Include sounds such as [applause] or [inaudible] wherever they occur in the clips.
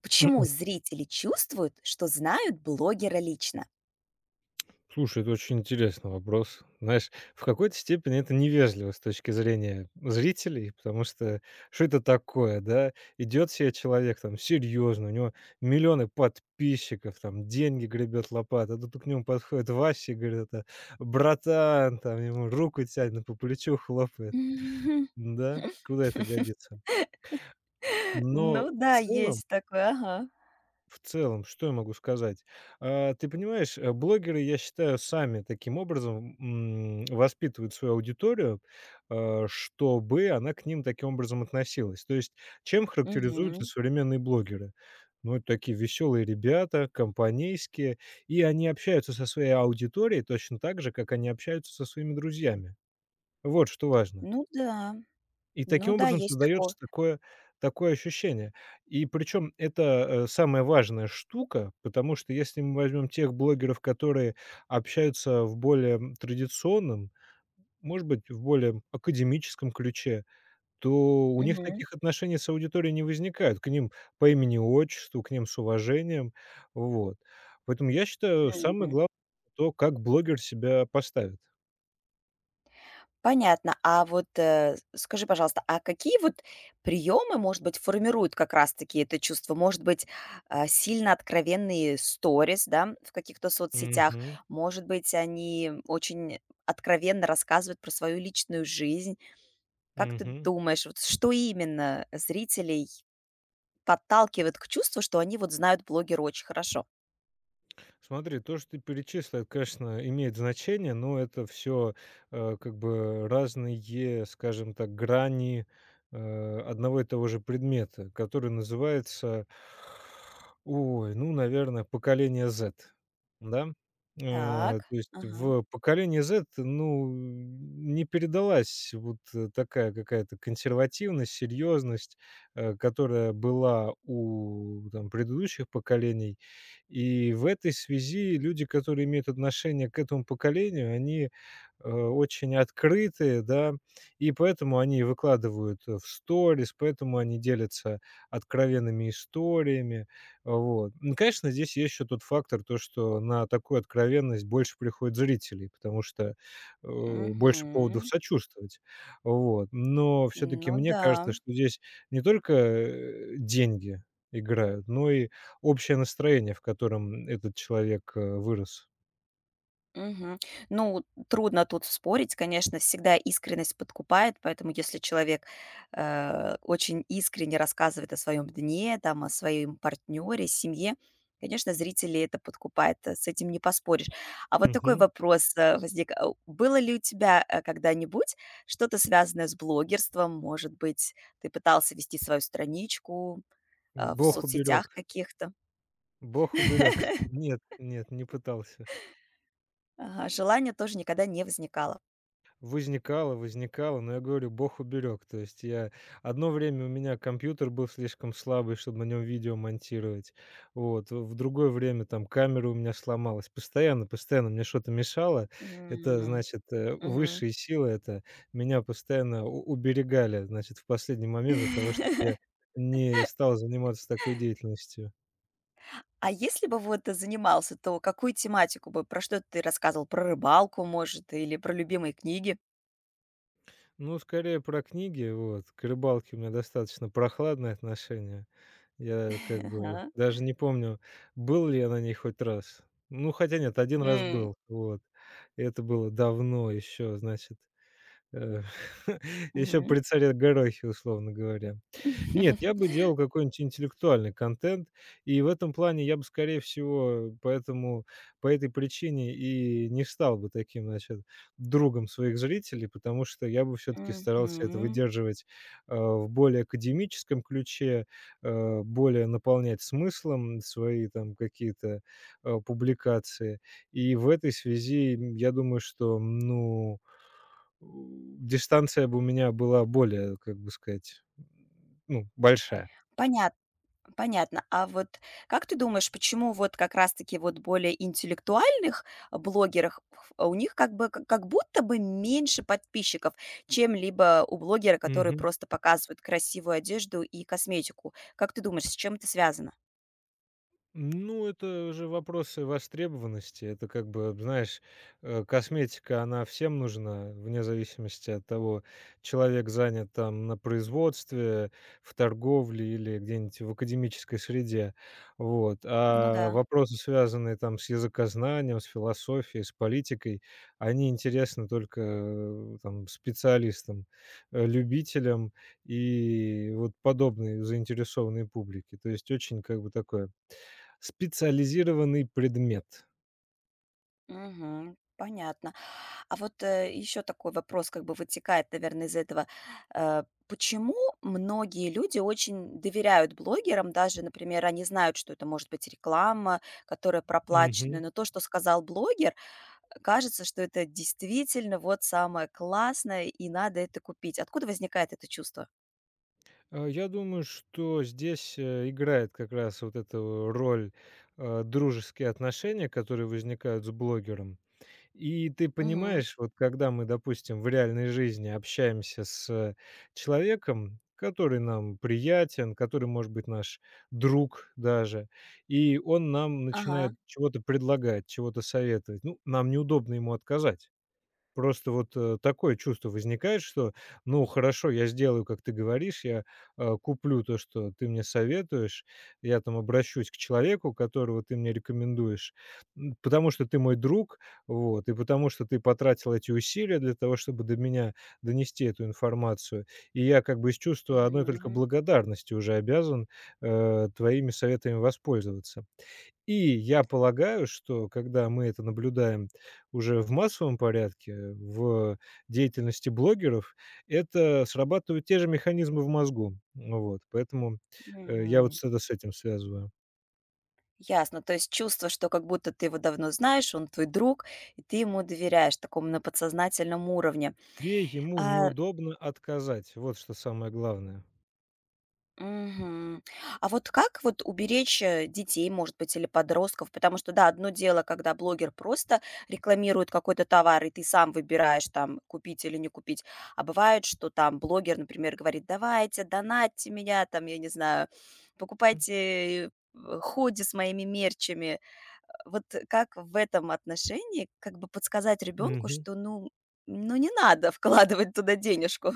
Почему Мгм. зрители чувствуют, что знают блогера лично? Слушай, это очень интересный вопрос. Знаешь, в какой-то степени это невежливо с точки зрения зрителей, потому что что это такое, да? Идет себе человек там серьезно, у него миллионы подписчиков, там деньги гребет лопата, а тут к нему подходит Вася и говорит, это братан, там ему руку тянет, по плечу хлопает. Мгм. Да, куда это годится? Но в Ну да, целом есть такое, ага. В целом, что я могу сказать? А, ты понимаешь, блогеры, я считаю, сами таким образом, воспитывают свою аудиторию, чтобы она к ним таким образом относилась. То есть чем характеризуются Мгм. современные блогеры? Ну, это такие веселые ребята, компанейские, и они общаются со своей аудиторией точно так же, как они общаются со своими друзьями. Вот что важно. Ну да, И ну таким да, образом есть такое. создается такое ощущение. И причем это, самая важная штука, потому что если мы возьмем тех блогеров, которые общаются в более, традиционном, может быть, в более академическом ключе, то у них Мгм, таких отношений с аудиторией не возникает. К ним по имени-отчеству, к ним с уважением. Вот. Поэтому я считаю, самое мгм. главное — то, как блогер себя поставит. Понятно. А вот скажи, пожалуйста, а какие вот приемы, может быть, формируют как раз-таки это чувство? Может быть, сильно откровенные сторис, да, в каких-то соцсетях? Мгм. Может быть, они очень откровенно рассказывают про свою личную жизнь? Как ты Мгм. думаешь, вот что именно зрителей подталкивает к чувству, что они вот знают блогера очень хорошо? Смотри, то, что ты перечислил, это, конечно, имеет значение, но это все как бы разные, скажем так, грани одного и того же предмета, который называется, ой, ну, наверное, поколение Z, да? Э, Так. То есть Ага. в поколении Z, ну, не передалась вот такая какая-то консервативность, серьезность, которая была у там, предыдущих поколений, и в этой связи люди, которые имеют отношение к этому поколению, они, очень открытые, да, и поэтому они выкладывают, в сторис, поэтому они делятся откровенными историями. Вот. Ну, конечно, здесь есть еще тот фактор, то, что на такую откровенность больше приходит зрителей, потому что, больше поводов Мгм. сочувствовать. Вот. Но все-таки Ну мне да. кажется, что здесь не только, деньги играют, но и общее настроение, в котором этот человек, вырос. Мгм. Ну, трудно тут спорить, конечно, всегда искренность подкупает, поэтому если человек, очень искренне рассказывает о своем дне, там, о своем партнере, семье, конечно, зрители это подкупает, с этим не поспоришь. А вот такой Мгм. вопрос, возник: было ли у тебя, когда-нибудь что-то связанное с блогерством? Может быть, ты пытался вести свою страничку, в Бог соцсетях уберег, каких-то? Бог уберег. [laughs] Нет, нет, не пытался. Ага, желания тоже никогда не возникало. Возникало, возникало, но я говорю, бог уберег. То есть я одно время у меня компьютер был слишком слабый, чтобы на нем видео монтировать. Вот. В другое время там камера у меня сломалась. Постоянно, постоянно мне что-то мешало. Это М. значит, Мгм. высшие силы это меня постоянно уберегали, значит, в последний момент от того, чтобы [laughs] я не стал заниматься такой деятельностью. А если бы вот ты занимался, то какую тематику бы, про что ты рассказывал? Про рыбалку, может, или про любимые книги? Ну, скорее про книги, вот. К рыбалке у меня достаточно прохладное отношение. Я как бы Ага. даже не помню, был ли я на ней хоть раз. Ну, хотя нет, один раз М, был, вот. И это было давно еще, значит, э, еще [laughs] мгм. при царе Горохе, условно говоря. Нет, я [laughs] бы делал какой-нибудь интеллектуальный контент, и в этом плане я бы, скорее всего, поэтому по этой причине и не стал бы таким, значит, другом своих зрителей, потому что я бы все-таки старался это Мгм. выдерживать в более академическом ключе, более наполнять смыслом свои там какие-то публикации. И в этой связи, я думаю, что, ну, дистанция бы у меня была более, как бы сказать, ну, большая. Понят Понятно. А вот как ты думаешь, почему вот как раз-таки вот более интеллектуальных блогерах ф а у них как бы к как будто бы меньше подписчиков, чем либо у блогера, который Мгм. просто показывает красивую одежду и косметику? Как ты думаешь, с чем это связано? Ну, это уже вопросы востребованности. Это как бы, знаешь, косметика, она всем нужна, вне зависимости от того, человек занят там на производстве, в торговле или где-нибудь в академической среде. Вот. Ну да. А вопросы, связанные там с языкознанием, с философией, с политикой, они интересны только там специалистам, любителям и вот подобной заинтересованной публике. То есть очень как бы такое. Специализированный предмет. Мгм. Понятно. А вот, еще такой вопрос как бы вытекает, наверное, из этого. Э, почему многие люди очень доверяют блогерам? Даже, например, они знают, что это может быть реклама, которая проплаченная, Мгм. но то, что сказал блогер, кажется, что это действительно вот самое классное, и надо это купить. Откуда возникает это чувство? Я думаю, что здесь, играет как раз вот эту роль, дружеские отношения, которые возникают с блогером. И ты Мгм. понимаешь, вот когда мы, допустим, в реальной жизни общаемся с человеком, который нам приятен, который, может быть, наш друг даже, и он нам Ага. начинает чего-то предлагать, чего-то советовать. Ну, нам неудобно ему отказать. Просто вот, такое чувство возникает, что: «Ну, хорошо, я сделаю, как ты говоришь, куплю то, что ты мне советуешь, я там обращусь к человеку, которого ты мне рекомендуешь, потому что ты мой друг, вот, и потому что ты потратил эти усилия для того, чтобы до меня донести эту информацию. И я как бы из чувства одной только Мгм. благодарности уже обязан, твоими советами воспользоваться». И я полагаю, что когда мы это наблюдаем уже в массовом порядке, в деятельности блогеров, это срабатывают те же механизмы в мозгу. Ну вот, поэтому, я вот М. с этим связываю. Ясно. То есть чувство, что как будто ты его давно знаешь, он твой друг, и ты ему доверяешь, таком на подсознательном уровне. Тебе ему А, неудобно отказать, вот что самое главное. мгм. А вот как вот уберечь детей, может быть, или подростков? Потому что, да, одно дело, когда блогер просто рекламирует какой-то товар, и ты сам выбираешь, там, купить или не купить. А бывает, что там блогер, например, говорит, давайте, донатьте меня, там, я не знаю, покупайте худи с моими мерчами. Вот как в этом отношении как бы подсказать ребенку, Мгм. что, ну, ну, не надо вкладывать туда денежку?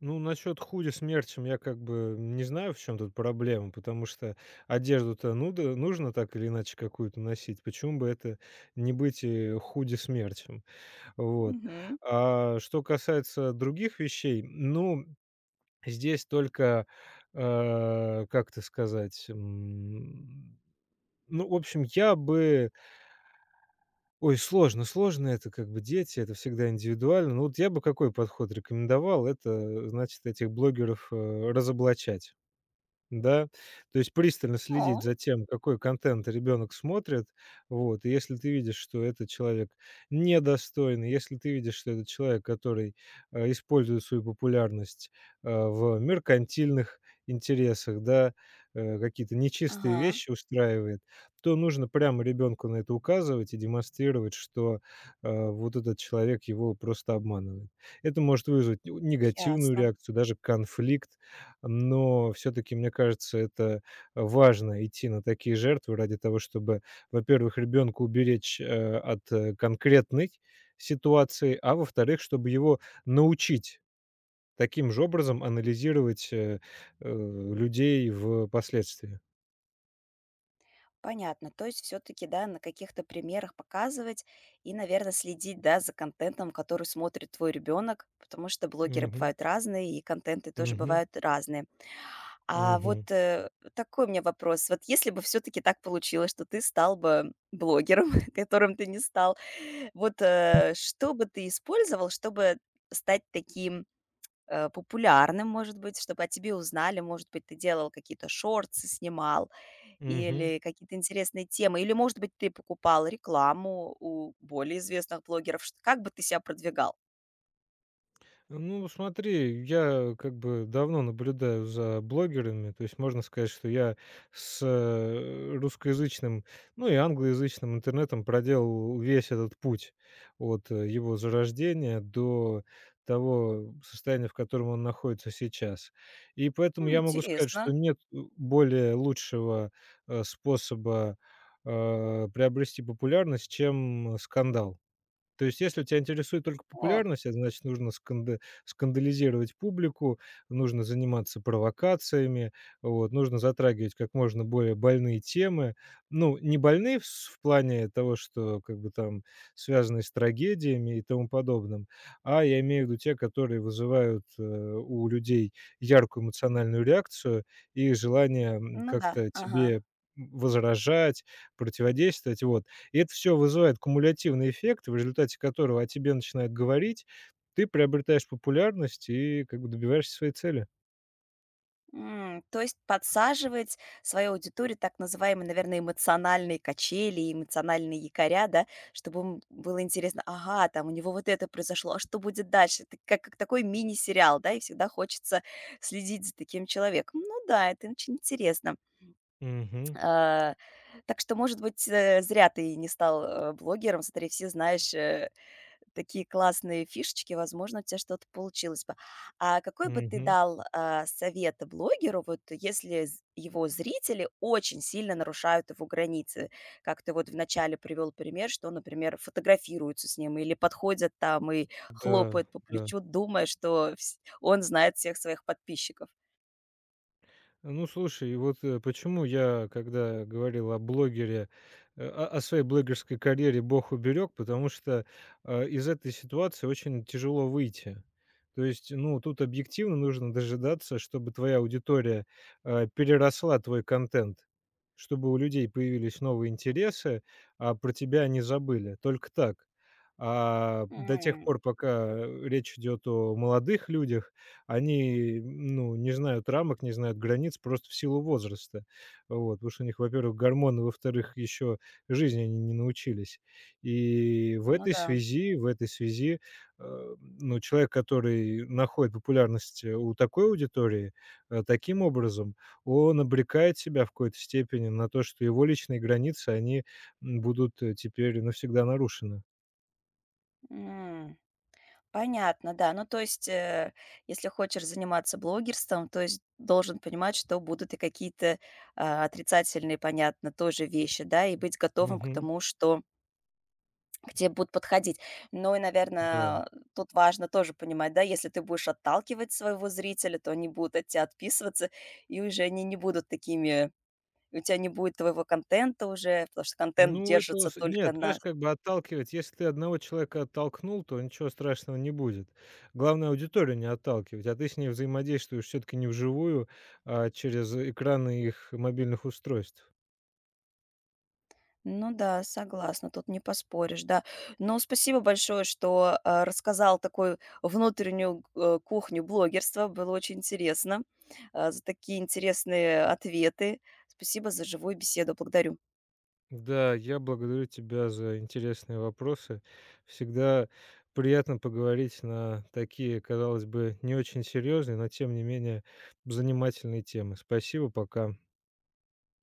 Ну, насчет худи с мерчем я как бы не знаю, в чем тут проблема, потому что одежду-то нуда нужно так или иначе какую-то носить. Почему бы это не быть, худи с мерчем? Вот. Мгм. А что касается других вещей, ну, здесь только, как это сказать, ну, в общем, я бы ой, сложно, сложно это, как бы дети, это всегда индивидуально. Ну, вот я бы какой подход рекомендовал? Это, значит, этих блогеров, разоблачать. Да, то есть пристально О, следить за тем, какой контент ребенок смотрит. Вот, и если ты видишь, что этот человек недостойный, если ты видишь, что этот человек, который, использует свою популярность, в меркантильных интересах, да, какие-то нечистые ага, вещи устраивает, то нужно прямо ребенку на это указывать и демонстрировать, что, вот этот человек его просто обманывает. Это может вызвать негативную ясно. реакцию, даже конфликт. Но все-таки, мне кажется, это важно идти на такие жертвы ради того, чтобы, во-первых, ребенка уберечь от конкретной ситуации, а во-вторых, чтобы его научить таким же образом анализировать людей впоследствии. Понятно. То есть все-таки, да, на каких-то примерах показывать и, наверное, следить, да, за контентом, который смотрит твой ребенок, потому что блогеры Мгм. бывают разные, и контенты тоже Мгм. бывают разные. А Мгм. вот, такой у меня вопрос. Вот если бы все таки так получилось, что ты стал бы блогером, [laughs] которым ты не стал, вот, что бы ты использовал, чтобы стать таким, популярным, может быть, чтобы о тебе узнали? Может быть, ты делал какие-то шорты, снимал Мгм. или какие-то интересные темы? Или, может быть, ты покупал рекламу у более известных блогеров? Чт Как бы ты себя продвигал? Ну, смотри, я как бы давно наблюдаю за блогерами, то есть можно сказать, что я с русскоязычным, ну и англоязычным интернетом проделал весь этот путь от его зарождения до того состояния, в котором он находится сейчас. И поэтому М, я могу сказать, интересно. что нет более лучшего способа приобрести популярность, чем скандал. То есть, если тебя интересует только О, популярность, а значит, нужно скандализировать публику, нужно заниматься провокациями, вот, нужно затрагивать как можно более больные темы. Ну, не больные в плане того, что как бы там связаны с трагедиями и тому подобным, а я имею в виду те, которые вызывают, у людей яркую эмоциональную реакцию и желание, ну да, как-то ага. тебе, возражать, противодействовать. Вот. И это все вызывает кумулятивный эффект, в результате которого о тебе начинают говорить, ты приобретаешь популярность и как бы добиваешься своей цели. М, то есть подсаживать свою аудиторию, так называемые, наверное, эмоциональные качели, эмоциональные якоря, да, чтобы им было интересно, ага, там у него вот это произошло, а что будет дальше? Это как такой мини-сериал, да, и всегда хочется следить за таким человеком. Ну да, это очень интересно. Мгм, А, так что, может быть, зря ты не стал блогером, смотри, все знаешь, такие классные фишечки, возможно, у тебя что-то получилось бы. А какой бы ты мгм. дал, совет блогеру, вот если з его зрители очень сильно нарушают его границы? Как ты вот вначале привел пример, что, например, фотографируются с ним или подходят там и Да, хлопают по да. плечу, думая, что вс он знает всех своих подписчиков. Ну, слушай, вот почему я, когда говорил о блогере, о своей блогерской карьере Бог уберег, потому что из этой ситуации очень тяжело выйти. То есть, ну, тут объективно нужно дожидаться, чтобы твоя аудитория переросла твой контент, чтобы у людей появились новые интересы, а про тебя они забыли. Только так. А до тех М. пор, пока речь идет о молодых людях, они, ну, не знают рамок, не знают границ просто в силу возраста. Вот. Потому что у них, во-первых, гормоны, во-вторых, еще жизни они не научились. И в Ну этой да. связи, в этой связи, ну, человек, который находит популярность у такой аудитории, таким образом, он обрекает себя в какой-то степени на то, что его личные границы, они будут теперь навсегда нарушены. М. Понятно, да. Ну, то есть, если хочешь заниматься блогерством, то есть должен понимать, что будут и какие-то отрицательные, понятно, тоже вещи, да, и быть готовым к Мгм. тому, что к тебе будут подходить. Ну и, Да. наверное, тут важно тоже понимать, да, если ты будешь отталкивать своего зрителя, то они будут от тебя отписываться, и уже они не будут такими у тебя не будет твоего контента уже, потому что контент Ну, это держится с только нет, на понимаешь, как бы отталкивать. Если ты одного человека оттолкнул, то ничего страшного не будет. Главное, аудиторию не отталкивать, а ты с ней взаимодействуешь все-таки не вживую, а через экраны их мобильных устройств. Ну да, согласна, тут не поспоришь, да. Но спасибо большое, что рассказал такую внутреннюю кухню блогерства. Было очень интересно. За такие интересные ответы. Спасибо за живую беседу. Благодарю. Да, я благодарю тебя за интересные вопросы. Всегда приятно поговорить на такие, казалось бы, не очень серьезные, но тем не менее занимательные темы. Спасибо, пока.